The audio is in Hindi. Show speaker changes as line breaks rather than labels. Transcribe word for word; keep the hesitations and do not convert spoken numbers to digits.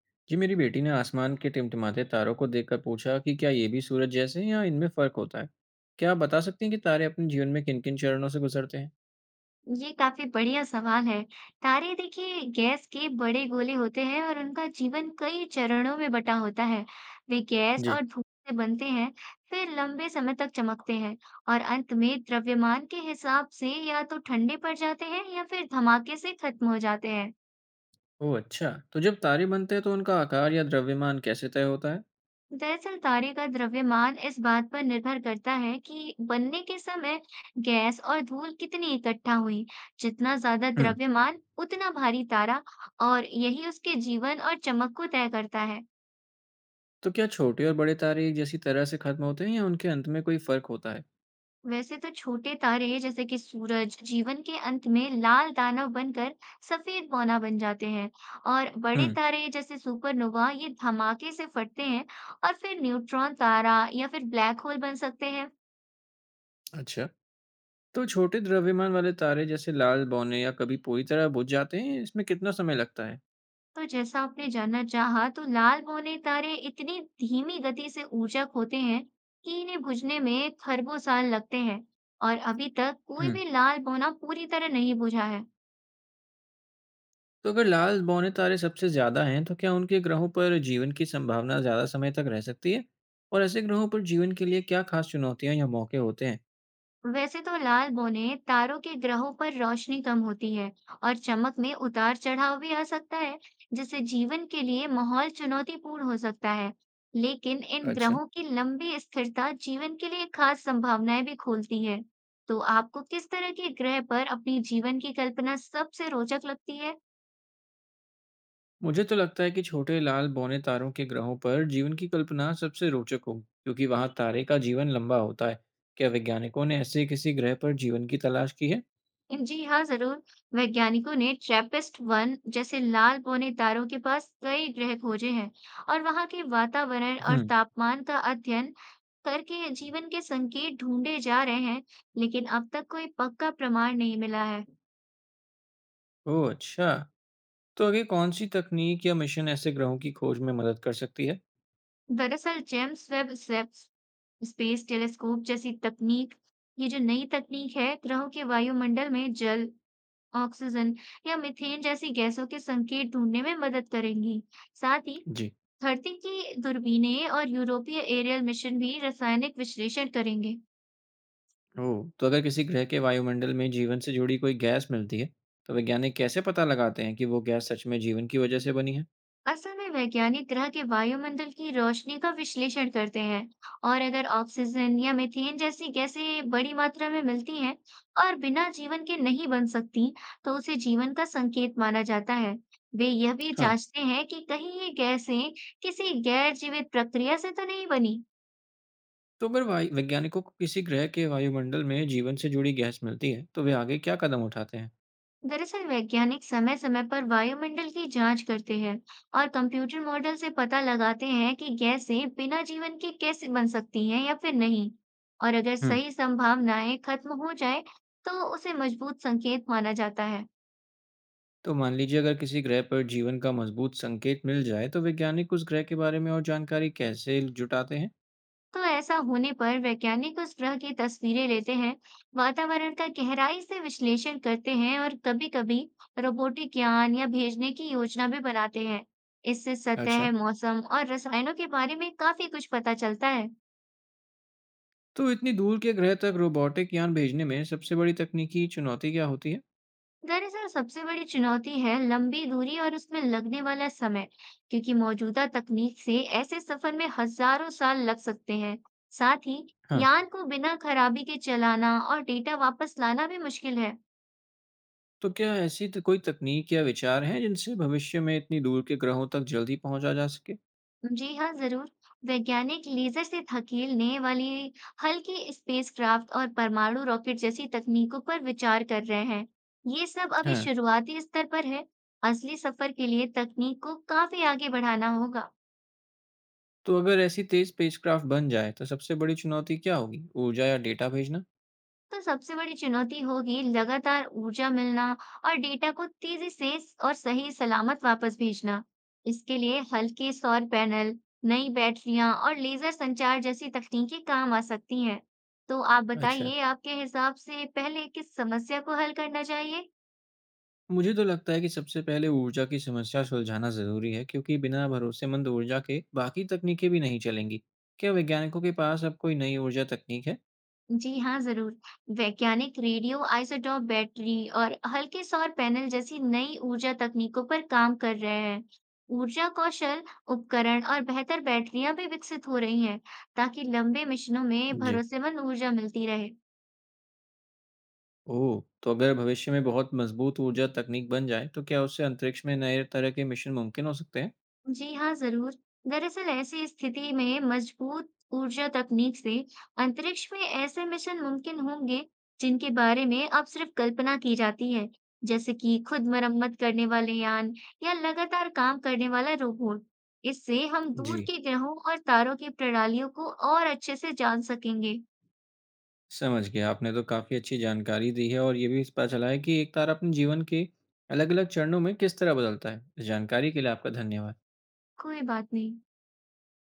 जी। मेरी बेटी ने आसमान के टिमटिमाते तारों को देखकर पूछा कि क्या ये भी सूरज जैसे हैं या इनमें फर्क होता है। क्या आप बता सकते हैं कि तारे अपने जीवन में किन किन चरणों से गुजरते हैं?
ये काफी बढ़िया सवाल है। तारे देखिए गैस के बड़े गोले होते हैं और उनका जीवन कई चरणों में बटा होता है। वे गैस
जी।
और धूप से बनते हैं, फिर लंबे समय तक चमकते हैं और अंत में द्रव्यमान के हिसाब से या तो ठंडे पड़ जाते हैं या फिर धमाके से खत्म हो जाते हैं।
ओह अच्छा, तो जब तारे बनते हैं तो उनका आकार या द्रव्यमान कैसे तय होता है?
दरअसल तारे का द्रव्यमान इस बात पर निर्भर करता है कि बनने के समय गैस और धूल कितनी इकट्ठा हुई। जितना ज्यादा
हम्म।
द्रव्यमान, उतना भारी तारा और यही उसके जीवन और चमक को तय करता है।
तो क्या छोटे और बड़े तारे एक जैसी तरह से खत्म होते हैं या उनके अंत में कोई फर्क होता है?
वैसे तो छोटे तारे जैसे कि सूरज जीवन के अंत में लाल दानव बनकर सफेद बौना बन जाते हैं और बड़े
हम्म।
तारे जैसे सुपरनोवा ये धमाके से फटते हैं और फिर न्यूट्रॉन तारा या फिर ब्लैक होल बन सकते हैं।
अच्छा, तो छोटे द्रव्यमान वाले तारे जैसे लाल बौने या कभी पूरी तरह बुझ जाते हैं, इसमें कितना समय लगता है?
तो जैसा आपने जानना चाहा, तो लाल बौने तारे इतनी धीमी गति से ऊर्जा खोते हैं कि इन्हें बुझने में खरबों साल लगते हैं और अभी तक कोई
हम्म।
भी लाल बौना पूरी तरह नहीं बुझा है।
तो अगर लाल बौने तारे सबसे ज्यादा हैं तो क्या उनके ग्रहों पर जीवन की संभावना ज्यादा समय तक रह सकती है? और ऐसे ग्रहों पर जीवन के लिए क्या खास चुनौतियां या मौके होते हैं?
वैसे तो लाल बौने तारों के ग्रहों पर रोशनी कम होती है और चमक में उतार चढ़ाव भी आ सकता है, जिससे जीवन के लिए माहौल चुनौतीपूर्ण हो सकता है। लेकिन इन
अच्छा।
ग्रहों की लंबी स्थिरता जीवन के लिए खास संभावनाएं भी खोलती है। तो आपको किस तरह के ग्रह पर अपनी जीवन की कल्पना सबसे रोचक लगती है?
मुझे तो लगता है कि छोटे लाल बौने तारों के ग्रहों पर जीवन की कल्पना सबसे रोचक होगी, क्योंकि वहां तारे का जीवन लंबा होता है। क्या वैज्ञानिकों ने ऐसे किसी ग्रह पर जीवन की तलाश की है?
जी हाँ, ज़रूर। वैज्ञानिकों ने ट्रैपिस्ट वन जैसे लाल पौने तारों के पास कई ग्रह खोजे हैं और वहाँ के वातावरण और
हम्म।
तापमान का अध्ययन करके जीवन के संकेत ढूंढे जा रहे हैं, लेकिन अब तक कोई पक्का प्रमाण नहीं मिला है।
ओह अच्छा। तो आगे कौन सी तकनीक या मिशन ऐसे ग्रहों की खोज में मदद कर सकती है?
दरअसल James Webb space space telescope जैसी तकनीक, ये जो नई तकनीक है, ग्रहों के वायुमंडल में जल, ऑक्सीजन या मीथेन जैसी गैसों के संकेत ढूंढने में मदद करेंगी। साथ ही
जी।
धरती की दूरबीनें और यूरोपीय एरियल मिशन भी रासायनिक विश्लेषण करेंगे।
ओह! तो अगर किसी ग्रह के वायुमंडल में जीवन से जुड़ी कोई गैस मिलती है, तो वैज्ञानिक कैसे पता लगाते हैं कि वो गैस सच में जीवन की वजह से बनी है?
असल में वैज्ञानिक ग्रह के वायुमंडल की रोशनी का विश्लेषण करते हैं और अगर ऑक्सीजन या मीथेन जैसी गैसें बड़ी मात्रा में मिलती हैं और बिना जीवन के नहीं बन सकती, तो उसे जीवन का संकेत माना जाता है। वे यह भी
हाँ।
जांचते हैं कि कहीं ये गैसें किसी गैर जीवित प्रक्रिया से तो नहीं बनी।
तो अगर वाय वैज्ञानिकों को किसी ग्रह के वायुमंडल में जीवन से जुड़ी गैस मिलती है, तो वे आगे क्या कदम उठाते हैं?
दरअसल वैज्ञानिक समय-समय पर वायुमंडल की जांच करते हैं और कंप्यूटर मॉडल से पता लगाते हैं कि गैसें बिना जीवन के कैसे बन सकती हैं या फिर नहीं, और अगर
हुँ।
सही संभावनाएं खत्म हो जाए तो उसे मजबूत संकेत माना जाता है।
तो मान लीजिए, अगर किसी ग्रह पर जीवन का मज़बूत संकेत मिल जाए, तो वैज्ञानिक उस ग्रह के बारे में और जानकारी कैसे जुटाते हैं?
तो ऐसा होने पर वैज्ञानिक उस ग्रह की तस्वीरें लेते हैं, वातावरण का गहराई से विश्लेषण करते हैं और कभी-कभी रोबोटिक यान या भेजने की योजना भी बनाते हैं। इससे
अच्छा।
सतह, मौसम और रसायनों के बारे में काफी कुछ पता चलता है।
तो इतनी दूर के ग्रह तक रोबोटिक यान भेजने में सबसे बड़ी तकनीकी चुनौती क्या होती है?
दरअसल सबसे बड़ी चुनौती है लंबी दूरी और उसमें लगने वाला समय, क्योंकि मौजूदा तकनीक से ऐसे सफर में हजारों साल लग सकते हैं। साथ ही
हाँ।
यान को बिना खराबी के चलाना और डेटा वापस लाना भी मुश्किल है।
तो क्या ऐसी त कोई तकनीक या विचार हैं जिनसे भविष्य में इतनी दूर के ग्रहों तक जल्दी पहुँचा जा सके?
जी हाँ, जरूर। वैज्ञानिक लेजर से धकेलने वाली हल्की स्पेसक्राफ्ट और परमाणु रॉकेट जैसी तकनीकों पर विचार कर रहे हैं। ये सब अभी
हाँ।
शुरुआती स्तर पर है। असली सफर के लिए तकनीक को काफी आगे बढ़ाना होगा।
तो अगर ऐसी तेज़ स्पेसक्राफ्ट बन जाए तो सबसे बड़ी चुनौती क्या होगी? ऊर्जा या डेटा भेजना?
तो सबसे बड़ी चुनौती होगी लगातार ऊर्जा मिलना और डेटा को तेजी से स- और सही सलामत वापस भेजना। इसके लिए हल्के सौर पैनल, नई बैटरियां और लेजर संचार जैसी तकनीकें काम आ सकती हैं। तो आप
अच्छा।
बताइए, आपके हिसाब से पहले किस समस्या को हल करना चाहिए?
मुझे तो लगता है कि सबसे पहले ऊर्जा की समस्या सुलझाना ज़रूरी है, क्योंकि बिना भरोसेमंद ऊर्जा के बाकी तकनीकें भी नहीं चलेंगी। क्या वैज्ञानिकों के पास अब कोई नई ऊर्जा तकनीक है?
जी हाँ, ज़रूर। वैज्ञानिक रेडियो आइसोटोप बैटरी और हल्के सौर पैनल जैसी नई ऊर्जा तकनीकों पर काम कर रहे हैं। ऊर्जा कौशल, उपकरण और बेहतर बैटरियां भी विकसित हो रही हैं, ताकि लंबे मिशनों में
जी।
भरोसेमंद ऊर्जा मिलती रहे।
ओह, तो अगर भविष्य में बहुत मजबूत ऊर्जा तकनीक बन जाए तो क्या उससे अंतरिक्ष में नए तरह के मिशन मुमकिन हो सकते हैं?
जी हाँ, जरूर। दरअसल ऐसी स्थिति में मजबूत ऊर्जा तकनीक से अंतरिक्ष में ऐसे मिशन मुमकिन होंगे जिनके बारे में अब सिर्फ कल्पना की जाती है, जैसे कि खुद मरम्मत करने वाले यान या लगातार काम करने वाला रोबोट। इससे हम
जी।
दूर के ग्रहों और तारों की प्रणालियों को और अच्छे से जान सकेंगे।
समझ गया। आपने तो काफ़ी अच्छी जानकारी दी है और ये भी पता चला है कि एक तारा अपने जीवन के अलग-अलग चरणों में किस तरह बदलता है। इस जानकारी के लिए आपका धन्यवाद।
कोई बात नहीं।